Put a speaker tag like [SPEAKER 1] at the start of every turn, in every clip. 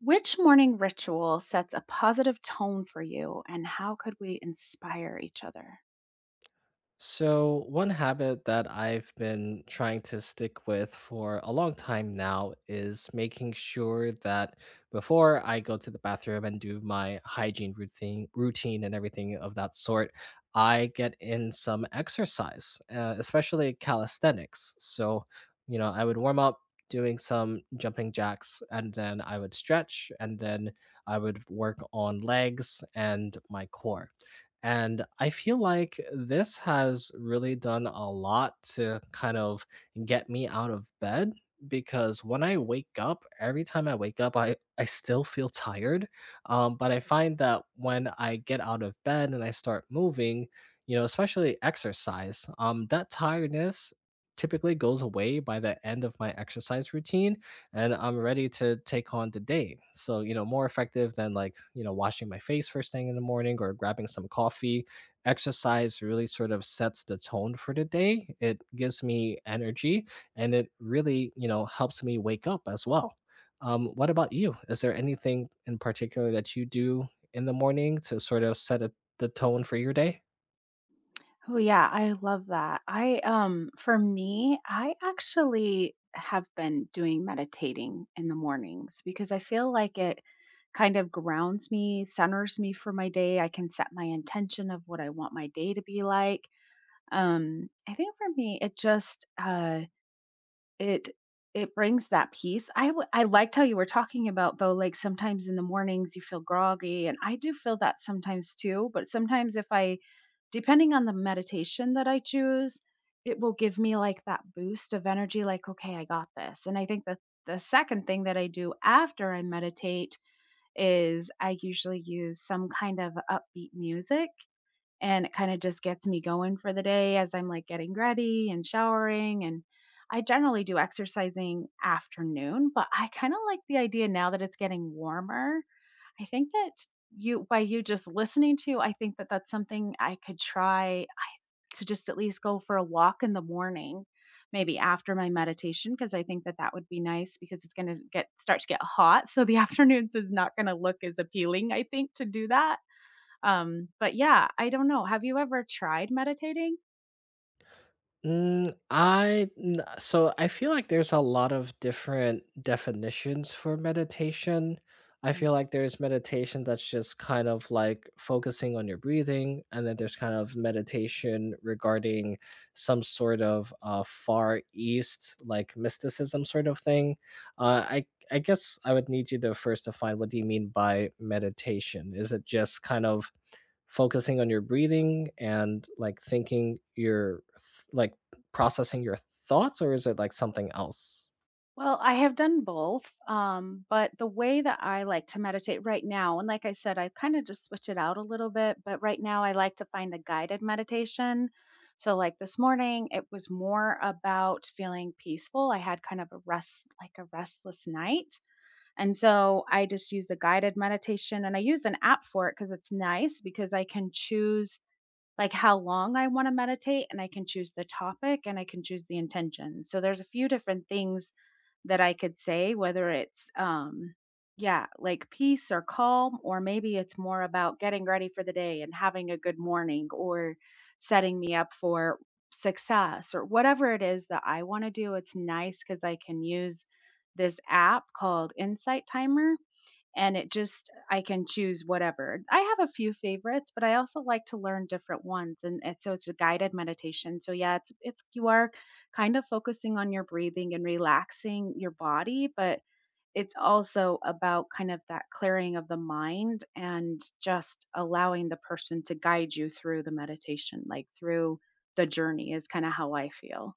[SPEAKER 1] Which morning ritual sets a positive tone for you and how could we inspire each other?
[SPEAKER 2] So, one habit that I've been trying to stick with for a long time now is making sure that before I go to the bathroom and do my hygiene routine and everything of that sort, I get in some exercise, especially calisthenics. So, you know, I would warm up doing some jumping jacks and then I would stretch and then I would work on legs and my core. And I feel like this has really done a lot to kind of get me out of bed because when I wake up, every time I wake up, I still feel tired. But I find that when I get out of bed and I start moving, you know, especially exercise, that tiredness typically goes away by the end of my exercise routine and I'm ready to take on the day. So, you know, more effective than like, you know, washing my face first thing in the morning or grabbing some coffee. Exercise really sort of sets the tone for the day. It gives me energy and it really, you know, helps me wake up as well. What about you? Is there anything in particular that you do in the morning to sort of the tone for your day?
[SPEAKER 1] Oh yeah, I love that. I for me, I actually have been doing meditating in the mornings because I feel like it kind of grounds me, centers me for my day. I can set my intention of what I want my day to be like. I think for me it just It it brings that peace. I liked how you were talking about, though, like, sometimes in the mornings you feel groggy, and I do feel that sometimes too, but sometimes if I depending on the meditation that I choose, it will give me, like, that boost of energy, like, "Okay, I got this," and I think that the second thing that I do after I meditate is I usually use some kind of upbeat music, and it kind of just gets me going for the day as I'm like getting ready and showering. And I generally do exercising afternoon, but I kind of like the idea now that it's getting warmer. I think that you by you just listening to, I think that that's something I could try to just at least go for a walk in the morning, maybe after my meditation, because I think that that would be nice because it's going to get start to get hot, so the afternoons is not going to look as appealing I think to do that, but yeah, I don't know. Have you ever tried meditating?
[SPEAKER 2] Mm, so I feel like there's a lot of different definitions for meditation. I
[SPEAKER 1] Mm.
[SPEAKER 2] feel like there's meditation that's just kind of like focusing on your breathing, and then there's kind of meditation regarding some sort of far east like mysticism sort of thing. I guess I would need you to first define, what do you mean by meditation? Is it just kind of focusing on your breathing and like like processing your thoughts, or is it like something else?
[SPEAKER 1] Well, I have done both, but the way that I like to meditate right now, and like I said, I kind of just switch it out a little bit, but right now I like to find a guided meditation. So, like this morning, it was more about feeling peaceful. I had kind of a rest, like a restless night. And so I just used a guided meditation and I use an app for it because it's nice because I can choose like how long I want to meditate and I can choose the topic and I can choose the intention. So there's a few different things that I could say, whether it's yeah, like peace or calm, or maybe it's more about getting ready for the day and having a good morning, or setting me up for success, or whatever it is that I want to do. It's nice cuz I can use this app called Insight Timer, and it just I can choose whatever. I have a few favorites, but I also like to learn different ones, and, so it's a guided meditation. So yeah, it's you are kind of focusing on your breathing and relaxing your body, but it's also about kind of that clearing of the mind and just allowing the person to guide you through the meditation, like through the journey is kind of how I feel.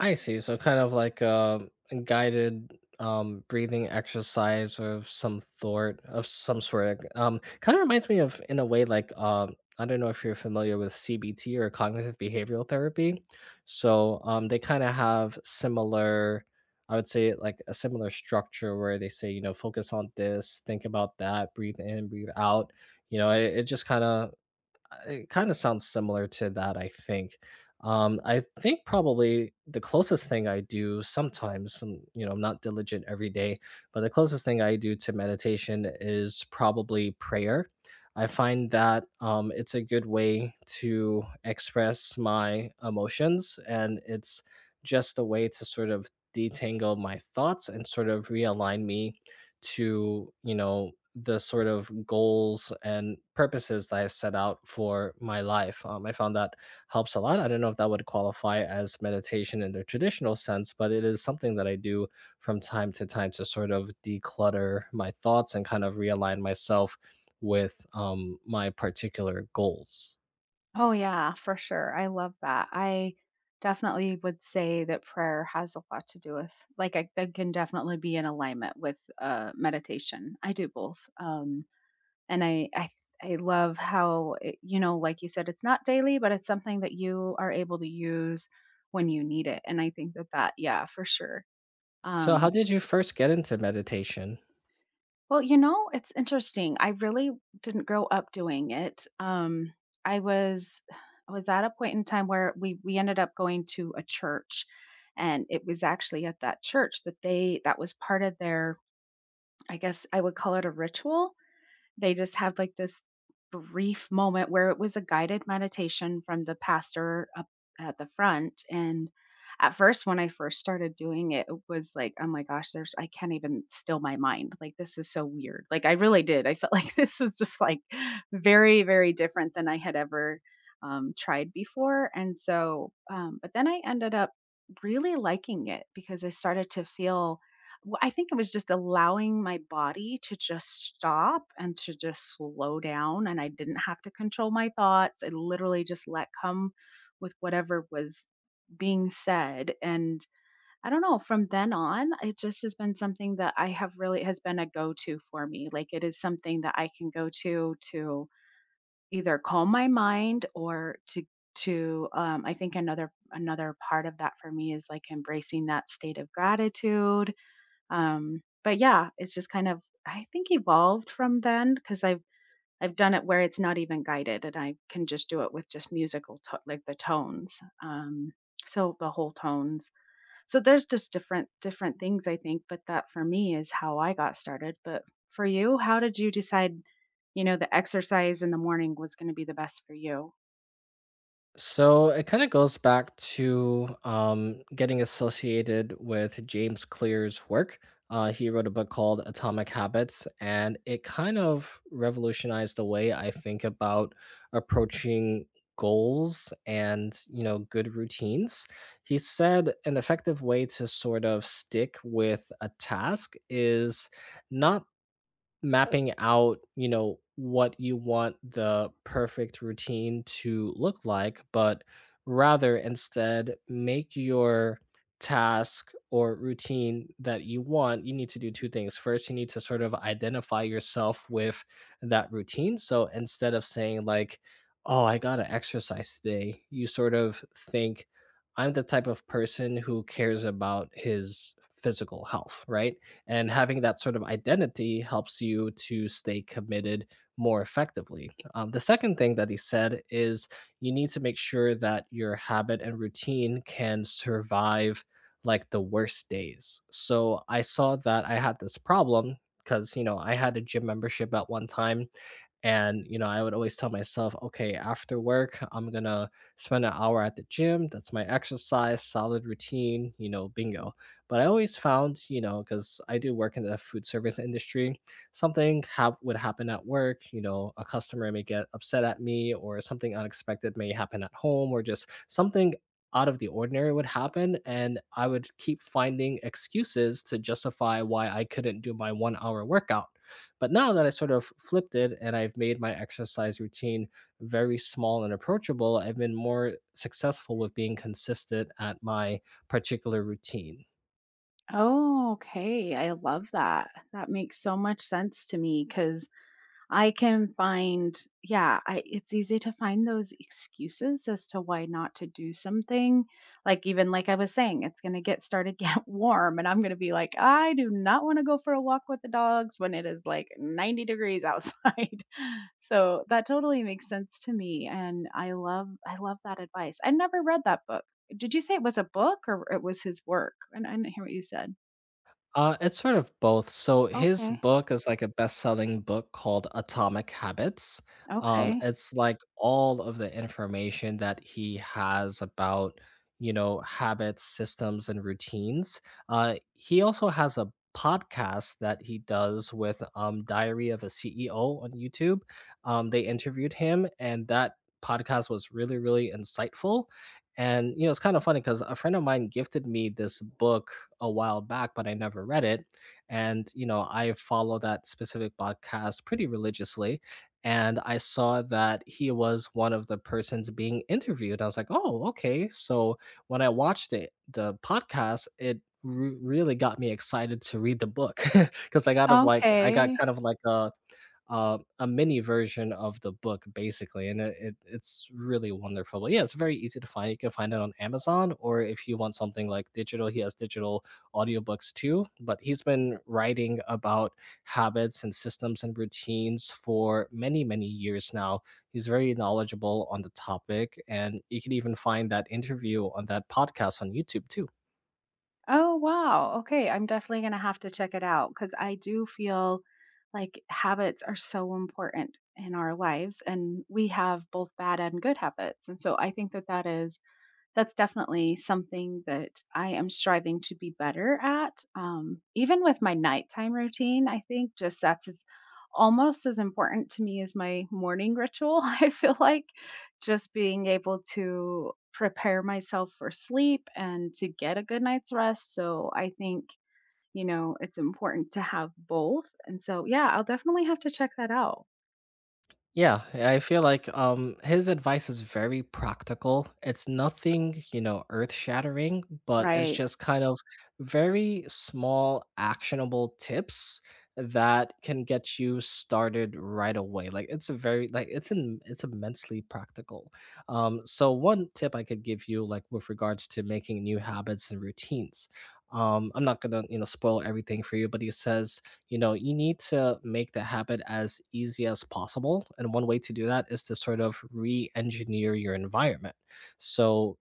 [SPEAKER 2] I see. So kind of like a guided breathing exercise of some sort. Kind of reminds me of, in a way, like, I don't know if you're familiar with CBT, or cognitive behavioral therapy. So they kind of have similar, I would say like a similar structure, where they say, you know, focus on this, think about that, breathe in, breathe out. You know, it just kind of, it kinda sounds similar to that, I think. I think probably the closest thing I do sometimes, you know, I'm not diligent every day, but the closest thing I do to meditation is probably prayer. I find that, it's a good way to express my emotions, and it's just a way to sort of detangle my thoughts and sort of realign me to, you know, the sort of goals and purposes that I've set out for my life. I found that helps a lot. I don't know if that would qualify as meditation in the traditional sense, but it is something that I do from time to time to sort of declutter my thoughts and kind of realign myself with my particular goals.
[SPEAKER 1] Oh, yeah, for sure. I love that. I definitely would say that prayer has a lot to do with, like, I can definitely be in alignment with meditation. I do both. And I love how, it, you know, like you said, it's not daily, but it's something that you are able to use when you need it. And I think that that, yeah, for sure.
[SPEAKER 2] So, how
[SPEAKER 1] Um,
[SPEAKER 2] did you first get into meditation?
[SPEAKER 1] Well, you know, it's interesting. I really didn't grow up doing it. I was I was at a point in time where we ended up going to a church, and it was actually at that church that they that was part of their, I guess I would call it a ritual. They just had like this brief moment where it was a guided meditation from the pastor up at the front. And at first, when I first started doing it, it was like, oh my gosh, there's, I can't even still my mind. Like, this is so weird. Like, I really did. I felt like this was just like very, very different than I had ever tried before. And so, but then I ended up really liking it because I started to feel, well, I think it was just allowing my body to just stop and to just slow down, and I didn't have to control my thoughts. I literally just let come with whatever was being said, and I don't know, from then on, it just has been something that I have really has been a go-to for me. Like, it is something that I can go to either calm my mind or to I think another part of that for me is like embracing that state of gratitude, but yeah, it's just kind of I think evolved from then because I've done it where it's not even guided and I can just do it with just musical like the tones. So the whole tones. So there's just different things I think, but that for me is how I got started. But for you, how did you decide, you know, the exercise in the morning was going to be the best for you?
[SPEAKER 2] So it kind of goes back to getting associated with James Clear's work. He wrote a book called Atomic Habits, and it kind of revolutionized the way I think about approaching goals and, you know, good routines. He said an effective way to sort of stick with a task is not mapping out, you know, what you want the perfect routine to look like, but rather instead, make your task or routine that you want, you need to do two things. First, you need to sort of identify yourself with that routine. So instead of saying, like, oh, I got to exercise today, you sort of think, I'm the type of person who cares about his physical health, right? And having that sort of identity helps you to stay committed more effectively. The second thing that he said is you need to make sure that your habit and routine can survive like the worst days. So I saw that I had this problem because, you know, I had a gym membership at one time and, you know, I would always tell myself, okay, after work, I'm going to spend an hour at the gym. That's my exercise, solid routine, you know, bingo. But I always found, you know, because I do work in the food service industry, would happen at work. You know, a customer may get upset at me, or something unexpected may happen at home, or just something out of the ordinary would happen. And I would keep finding excuses to justify why I couldn't do my 1 hour workout. But now that I sort of flipped it, and I've made my exercise routine very small and approachable, I've been more successful with being consistent at my particular routine.
[SPEAKER 1] Oh, okay. I love that. That makes so much sense to me because I can find, yeah, I, it's easy to find those excuses as to why not to do something. Like, even like I was saying, it's going to get started, get warm, and I'm going to be like, I do not want to go for a walk with the dogs when it is like 90 degrees outside. So that totally makes sense to me. And I love that advice. I never read that book. Did you say it was a book or it was his work? And I didn't hear what you said.
[SPEAKER 2] It's sort of both. So his
[SPEAKER 1] Okay.
[SPEAKER 2] book is, mm, like a best-selling book called Atomic Habits.
[SPEAKER 1] Okay.
[SPEAKER 2] It's like all of the information that he has about, you know, habits, systems, and routines. He also has a podcast that he does with, Diary of a CEO on YouTube. They interviewed him, and that podcast was really, really insightful. And you know, it's kind of funny because a friend of mine gifted me this book a while back, but I never read it. And, you know, I follow that specific podcast pretty religiously. And I saw that he was one of the persons being interviewed. I was like, oh, okay. So when I watched it, the podcast, really got me excited to read the book because I got
[SPEAKER 1] Okay.
[SPEAKER 2] kind of like a mini version of the book basically, and it's really wonderful. But yeah, it's very easy to find. You can find it on Amazon, or if you want something like digital, he has digital audiobooks too. But he's been writing about habits and systems and routines for many, many years now. He's very knowledgeable on the topic, and you can even find that interview on that podcast on YouTube too.
[SPEAKER 1] Oh, wow. Okay. I'm definitely going to have to check it out because I do feel like habits are so important in our lives and we have both bad and good habits. And so I think that that is that's definitely something that I am striving to be better at. Even with my nighttime routine, I think just that's as, almost as important to me as my morning ritual. I feel like just being able to prepare myself for sleep and to get a good night's rest. So I think, you know, it's important to have both. And so, yeah, I'll definitely have to check that out.
[SPEAKER 2] Yeah, I feel like his advice is very practical. It's nothing, you know, earth-shattering, but it's
[SPEAKER 1] Right.
[SPEAKER 2] just kind of very small actionable tips that can get you started right away. Like, it's a very, it's immensely practical. So one tip I could give you, like, with regards to making new habits and routines. I'm not going to, you know, spoil everything for you, but he says, you know, you need to make the habit as easy as possible, and one way to do that is to sort of re-engineer your environment. So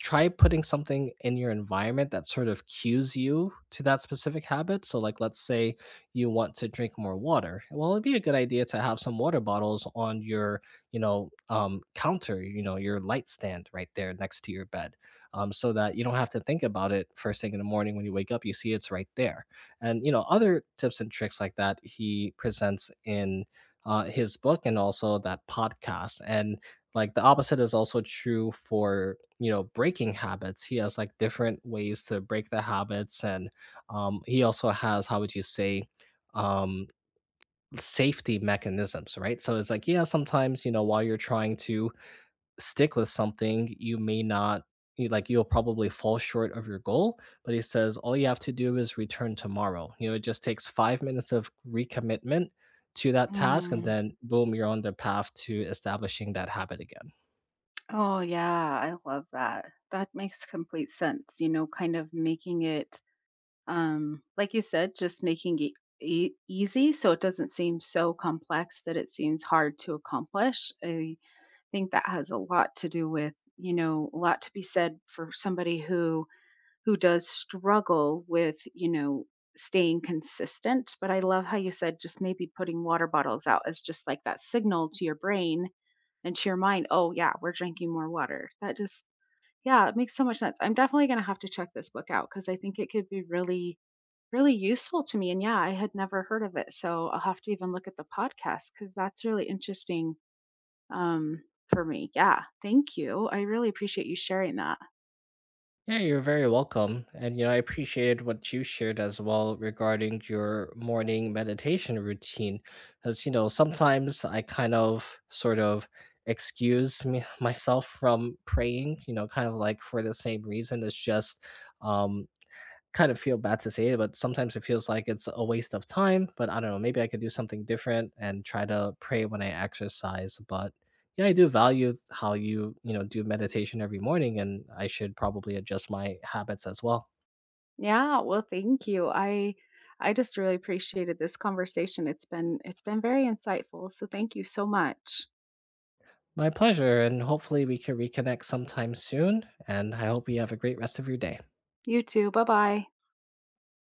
[SPEAKER 2] try putting something in your environment that sort of cues you to that specific habit. So like, let's say you want to drink more water. Well, it'd be a good idea to have some water bottles on your, you know, counter, you know, your light stand right there next to your bed, so that you don't have to think about it first thing in the morning. When you wake up, you see it's right there. And you know, other tips and tricks like that he presents in his book and also that podcast. And like, the opposite is also true for, you know, breaking habits. He has like different ways to break the habits. And he also has, how would you say, um, safety mechanisms, right? So it's like, yeah, sometimes, you know, while you're trying to stick with something, you may not, like you'll probably fall short of your goal. But he says all you have to do is return tomorrow. You know, it just takes 5 minutes of recommitment to that task, and then boom, you're on the path to establishing that habit again.
[SPEAKER 1] Oh, yeah, I love that. That makes complete sense, you know, kind of making it, like you said, just making it easy so it doesn't seem so complex that it seems hard to accomplish. I think that has a lot to do with, you know, a lot to be said for somebody who does struggle with, you know, staying consistent, but I love how you said just maybe putting water bottles out as just like that signal to your brain and to your mind, oh, yeah, we're drinking more water. That just, yeah, it makes so much sense. I'm definitely going to have to check this book out because I think it could be really, really useful to me. And yeah, I had never heard of it. So I'll have to even look at the podcast because that's really interesting for me. Yeah, thank you. I really appreciate you sharing that.
[SPEAKER 2] Yeah, you're very welcome. And you know, I appreciated what you shared as well regarding your morning meditation routine. Because you know, sometimes I kind of sort of excuse me myself from praying, you know, kind of like for the same reason. It's just um kind of feel bad to say it, but sometimes it feels like it's a waste of time. But I don't know, maybe I could do something different and try to pray when I exercise. But yeah, I do value how you, you know, do meditation every morning, and I should probably adjust my habits as well.
[SPEAKER 1] Yeah, well, thank you. I just really appreciated this conversation. It's been very insightful. So thank you so much.
[SPEAKER 2] My pleasure, and hopefully we can reconnect sometime soon. And I hope you have a great rest of your day.
[SPEAKER 1] You too. Bye-bye.